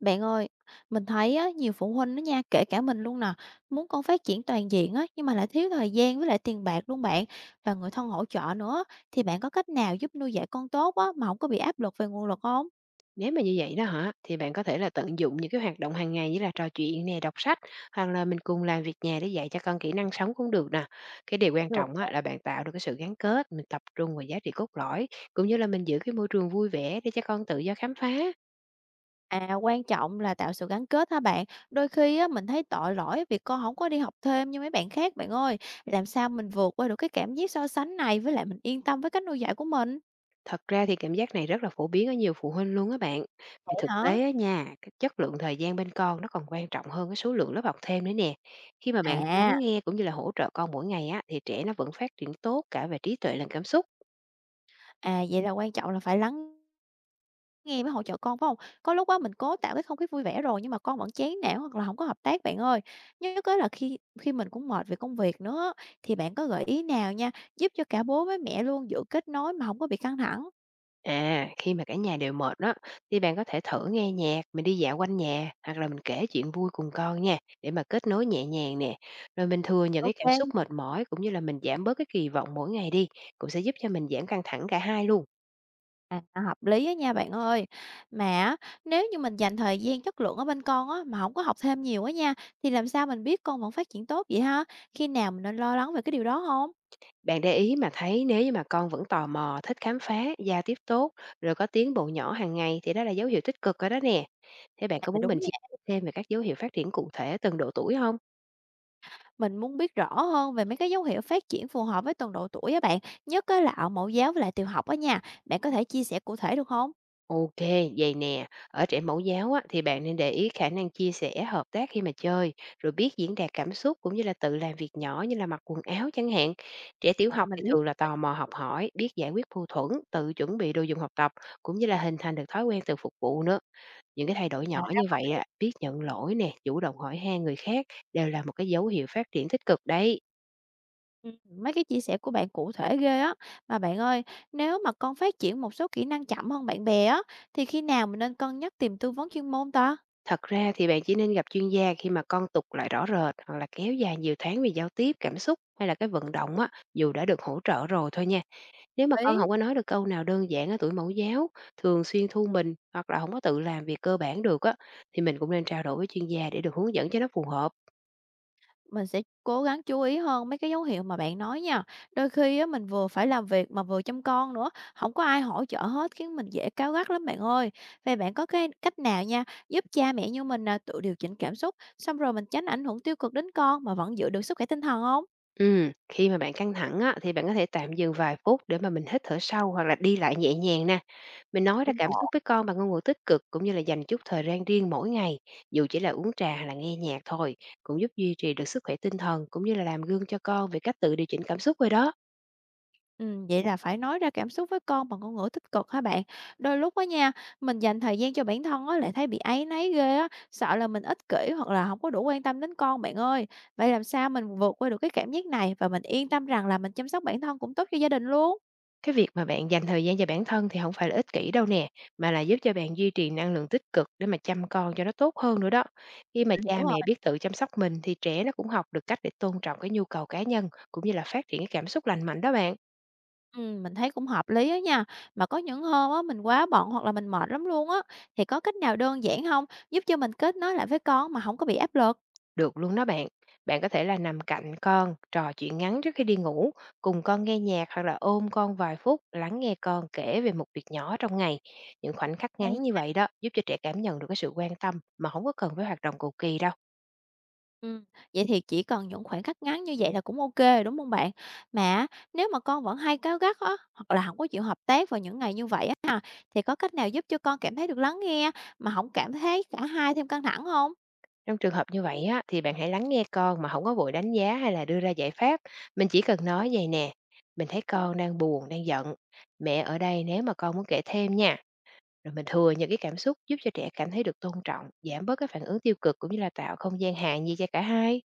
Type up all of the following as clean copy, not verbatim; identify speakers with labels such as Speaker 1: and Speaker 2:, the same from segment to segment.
Speaker 1: Bạn ơi, mình thấy á, nhiều phụ huynh đó nha, kể cả mình luôn nè, muốn con phát triển toàn diện á, nhưng mà lại thiếu thời gian với lại tiền bạc luôn bạn, và người thân hỗ trợ nữa. Thì bạn có cách nào giúp nuôi dạy con tốt á, mà không có bị áp lực về nguồn lực không?
Speaker 2: Nếu mà như vậy đó hả, thì bạn có thể là tận dụng những cái hoạt động hàng ngày như là trò chuyện nè, đọc sách hoặc là mình cùng làm việc nhà để dạy cho con kỹ năng sống cũng được nè. Cái điều quan
Speaker 1: Được.
Speaker 2: trọng á, là bạn tạo được cái sự gắn kết, mình tập trung vào giá trị cốt lõi cũng như là mình giữ cái môi trường vui vẻ để cho con tự do khám phá.
Speaker 1: À, quan trọng là tạo sự gắn kết ha bạn. Đôi khi á, mình thấy tội lỗi vì con không có đi học thêm như mấy bạn khác bạn ơi. Làm sao mình vượt qua được cái cảm giác so sánh này với lại mình yên tâm với cách nuôi dạy của mình?
Speaker 2: Thật ra thì cảm giác này rất là phổ biến ở nhiều phụ huynh luôn á bạn. Vì
Speaker 1: Vậy
Speaker 2: thực
Speaker 1: hả?
Speaker 2: tế á nha, cái chất lượng thời gian bên con nó còn quan trọng hơn cái số lượng lớp học thêm nữa nè. Khi mà bạn
Speaker 1: À,
Speaker 2: lắng nghe cũng như là hỗ trợ con mỗi ngày á, thì trẻ nó vẫn phát triển tốt cả về trí tuệ lẫn cảm xúc.
Speaker 1: à, vậy là quan trọng là phải lắng nghe mới hỗ trợ con, phải không? Có lúc á mình cố tạo cái không khí vui vẻ rồi nhưng mà con vẫn chán nản hoặc là không có hợp tác bạn ơi. Nhất á là khi khi mình cũng mệt về công việc nữa á, thì bạn có gợi ý nào nha, giúp cho cả bố với mẹ luôn giữ kết nối mà không có bị căng thẳng?
Speaker 2: À, khi mà cả nhà đều mệt đó, thì bạn có thể thử nghe nhạc, mình đi dạo quanh nhà, hoặc là mình kể chuyện vui cùng con nha, để mà kết nối nhẹ nhàng nè. Rồi mình thừa nhận cái cảm xúc
Speaker 1: OK.
Speaker 2: mệt mỏi cũng như là mình giảm bớt cái kỳ vọng mỗi ngày đi, cũng sẽ giúp cho mình giảm căng thẳng cả hai luôn.
Speaker 1: À, hợp lý á nha bạn ơi. Mà á, nếu như mình dành thời gian chất lượng ở bên con á, mà không có học thêm nhiều á nha, thì làm sao mình biết con vẫn phát triển tốt vậy ha? Khi nào mình nên lo lắng về cái điều đó không?
Speaker 2: Bạn để ý mà thấy nếu như mà con vẫn tò mò, thích khám phá, giao tiếp tốt, rồi có tiến bộ nhỏ hàng ngày thì đó là dấu hiệu tích cực rồi đó nè. Thế bạn có
Speaker 1: À,
Speaker 2: muốn
Speaker 1: đúng.
Speaker 2: mình chia sẻ thêm về các dấu hiệu phát triển cụ thể từng độ tuổi không?
Speaker 1: Mình muốn biết rõ hơn về mấy cái dấu hiệu phát triển phù hợp với từng độ tuổi á bạn, nhất á là ở mẫu giáo với lại tiểu học á nha. Bạn có thể chia sẻ cụ thể được không?
Speaker 2: OK, vậy nè, ở trẻ mẫu giáo á, thì bạn nên để ý khả năng chia sẻ, hợp tác khi mà chơi, rồi biết diễn đạt cảm xúc cũng như là tự làm việc nhỏ như là mặc quần áo chẳng hạn. Trẻ tiểu
Speaker 1: À,
Speaker 2: học
Speaker 1: mình
Speaker 2: thì
Speaker 1: liếc.
Speaker 2: thường là tò mò học hỏi, biết giải quyết mâu thuẫn, tự chuẩn bị đồ dùng học tập, cũng như là hình thành được thói quen tự phục vụ nữa. Những cái thay đổi
Speaker 1: À,
Speaker 2: nhỏ như
Speaker 1: ra.
Speaker 2: vậy, á, biết nhận lỗi nè, chủ động hỏi han người khác đều là một cái dấu hiệu phát triển tích cực đấy.
Speaker 1: Ừm, mấy cái chia sẻ của bạn cụ thể ghê á. Mà bạn ơi, nếu mà con phát triển một số kỹ năng chậm hơn bạn bè á, thì khi nào mình nên cân nhắc tìm tư vấn chuyên môn ta?
Speaker 2: Thật ra thì bạn chỉ nên gặp chuyên gia khi mà con tụt lại rõ rệt hoặc là kéo dài nhiều tháng vì giao tiếp, cảm xúc hay là cái vận động á, dù đã được hỗ trợ rồi thôi nha. Nếu mà con
Speaker 1: Ấy.
Speaker 2: không có nói được câu nào đơn giản ở tuổi mẫu giáo, thường xuyên thu mình hoặc là không có tự làm việc cơ bản được á, thì mình cũng nên trao đổi với chuyên gia để được hướng dẫn cho nó phù hợp.
Speaker 1: Mình sẽ cố gắng chú ý hơn mấy cái dấu hiệu mà bạn nói nha. Đôi khi á, mình vừa phải làm việc mà vừa chăm con nữa, không có ai hỗ trợ hết khiến mình dễ cáu gắt lắm bạn ơi. Vậy bạn có cái cách nào nha, giúp cha mẹ như mình nè tự điều chỉnh cảm xúc, xong rồi mình tránh ảnh hưởng tiêu cực đến con mà vẫn giữ được sức khỏe tinh thần không?
Speaker 2: Khi mà bạn căng thẳng á, thì bạn có thể tạm dừng vài phút để mà mình hít thở sâu hoặc là đi lại nhẹ nhàng nè. Mình nói ra cảm xúc với con bằng ngôn ngữ tích cực cũng như là dành chút thời gian riêng mỗi ngày, dù chỉ là uống trà hay là nghe nhạc thôi, cũng giúp duy trì được sức khỏe tinh thần cũng như là làm gương cho con về cách tự điều chỉnh cảm xúc rồi đó.
Speaker 1: Vậy là phải nói ra cảm xúc với con bằng ngôn ngữ tích cực hả bạn? Đôi lúc á nha, mình dành thời gian cho bản thân á, lại thấy bị áy náy ghê á, sợ là mình ích kỷ hoặc là không có đủ quan tâm đến con bạn ơi. Vậy làm sao mình vượt qua được cái cảm giác này và mình yên tâm rằng là mình chăm sóc bản thân cũng tốt cho gia đình luôn?
Speaker 2: Cái việc mà bạn dành thời gian cho bản thân thì không phải là ích kỷ đâu nè, mà là giúp cho bạn duy trì năng lượng tích cực để mà chăm con cho nó tốt hơn nữa đó. Khi mà
Speaker 1: Mình hiểu
Speaker 2: cha
Speaker 1: rồi.
Speaker 2: mẹ biết tự chăm sóc mình thì trẻ nó cũng học được cách để tôn trọng cái nhu cầu cá nhân, cũng như là phát triển cái cảm xúc lành mạnh đó bạn.
Speaker 1: Mình thấy cũng hợp lý á nha. Mà có những hôm á, mình quá bận hoặc là mình mệt lắm luôn á, thì có cách nào đơn giản không giúp cho mình kết nối lại với con mà không có bị áp lực?
Speaker 2: Được luôn đó bạn. Bạn có thể là nằm cạnh con, trò chuyện ngắn trước khi đi ngủ, cùng con nghe nhạc hoặc là ôm con vài phút, lắng nghe con kể về một việc nhỏ trong ngày. Những khoảnh khắc ngắn như vậy đó, giúp cho trẻ cảm nhận được cái sự quan tâm mà không có cần phải hoạt động cầu kỳ đâu.
Speaker 1: Ừm, vậy thì chỉ cần những khoảng khắc ngắn như vậy là cũng ok rồi, đúng không bạn? Mà á, nếu mà con vẫn hay cáu gắt á, hoặc là không có chịu hợp tác vào những ngày như vậy á ha, thì có cách nào giúp cho con cảm thấy được lắng nghe mà không cảm thấy cả hai thêm căng thẳng không?
Speaker 2: Trong trường hợp như vậy á, thì bạn hãy lắng nghe con mà không có vội đánh giá hay là đưa ra giải pháp. Mình chỉ cần nói vậy nè, mình thấy con đang buồn, đang giận, mẹ ở đây nếu mà con muốn kể thêm nha. Rồi mình thừa những cái cảm xúc giúp cho trẻ cảm thấy được tôn trọng, giảm bớt cái phản ứng tiêu cực cũng như là tạo không gian hạ nhiệt cho cả hai.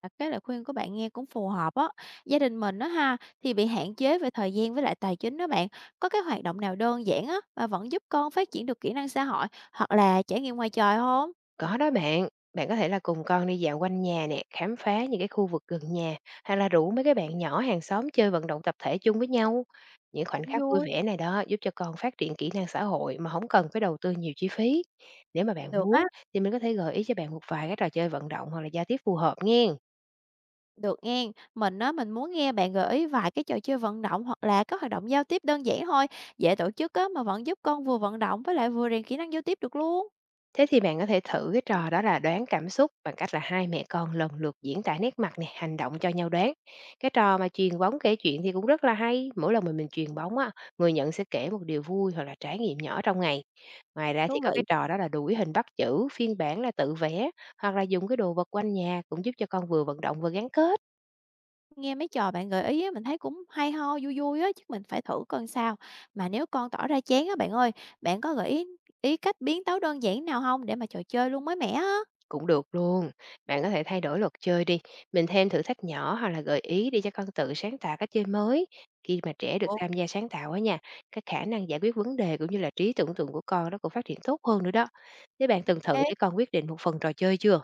Speaker 1: À, cái lời khuyên của bạn nghe cũng phù hợp á. Gia đình mình đó ha, thì bị hạn chế về thời gian với lại tài chính đó bạn. Có cái hoạt động nào đơn giản á, mà vẫn giúp con phát triển được kỹ năng xã hội, hoặc là trải nghiệm ngoài trời không?
Speaker 2: Có đó bạn, bạn có thể là cùng con đi dạo quanh nhà nè, khám phá những cái khu vực gần nhà, hay là rủ mấy cái bạn nhỏ hàng xóm chơi vận động tập thể chung với nhau. Những khoảnh
Speaker 1: Cũng
Speaker 2: khắc vui
Speaker 1: vui.
Speaker 2: vẻ này đó giúp cho con phát triển kỹ năng xã hội mà không cần phải đầu tư nhiều chi phí. Nếu mà bạn
Speaker 1: Được á.
Speaker 2: muốn thì mình có thể gợi ý cho bạn một vài cái trò chơi vận động hoặc là giao tiếp phù hợp nghe.
Speaker 1: Được nghe, mình muốn nghe bạn gợi ý vài cái trò chơi vận động hoặc là các hoạt động giao tiếp đơn giản thôi, dễ tổ chức á, mà vẫn giúp con vừa vận động với lại vừa rèn kỹ năng giao tiếp được luôn.
Speaker 2: Thế thì bạn có thể thử cái trò đó là đoán cảm xúc bằng cách là hai mẹ con lần lượt diễn tả nét mặt này, hành động cho nhau đoán. Cái trò mà truyền bóng kể chuyện thì cũng rất là hay. Mỗi lần mà mình truyền bóng á, người nhận sẽ kể một điều vui hoặc là trải nghiệm nhỏ trong ngày. Ngoài ra
Speaker 1: Thú
Speaker 2: thì có cái
Speaker 1: vị.
Speaker 2: trò đó là đuổi hình bắt chữ, phiên bản là tự vẽ hoặc là dùng cái đồ vật quanh nhà cũng giúp cho con vừa vận động vừa gắn kết.
Speaker 1: Nghe mấy trò bạn gợi ý á, mình thấy cũng hay ho, vui vui á, chứ mình phải thử coi sao. Mà nếu con tỏ ra chán á bạn ơi, bạn có gợi ý cách biến tấu đơn giản nào không để mà trò chơi luôn mới mẻ á?
Speaker 2: Cũng được luôn. Bạn có thể thay đổi luật chơi đi, mình thêm thử thách nhỏ hoặc là gợi ý để cho con tự sáng tạo cách chơi mới. Khi mà trẻ được
Speaker 1: Ồ.
Speaker 2: tham gia sáng tạo á nha, cái khả năng giải quyết vấn đề cũng như là trí tưởng tượng của con nó cũng phát triển tốt hơn nữa đó. Thế bạn từng thử để con quyết định một phần trò chơi chưa?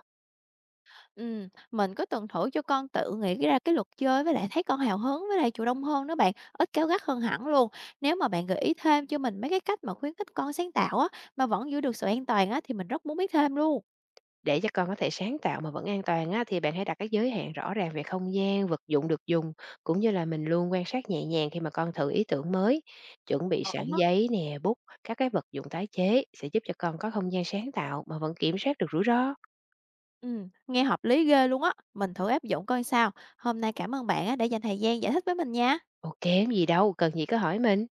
Speaker 1: Mình có từng thử cho con tự nghĩ ra cái luật chơi với lại thấy con hào hứng với lại chủ động hơn đó bạn, ít cáu gắt hơn hẳn luôn. Nếu mà bạn gợi ý thêm cho mình mấy cái cách mà khuyến khích con sáng tạo á mà vẫn giữ được sự an toàn á thì mình rất muốn biết thêm luôn.
Speaker 2: Để cho con có thể sáng tạo mà vẫn an toàn á, thì bạn hãy đặt cái giới hạn rõ ràng về không gian, vật dụng được dùng, cũng như là mình luôn quan sát nhẹ nhàng khi mà con thử ý tưởng mới. Chuẩn bị sẵn
Speaker 1: Ổn á.
Speaker 2: giấy nè, bút, các cái vật dụng tái chế sẽ giúp cho con có không gian sáng tạo mà vẫn kiểm soát được rủi ro.
Speaker 1: Nghe hợp lý ghê luôn á, mình thử áp dụng coi sao. Hôm nay cảm ơn bạn á đã dành thời gian giải thích với mình nha.
Speaker 2: OK, không gì đâu, cần gì cứ hỏi mình.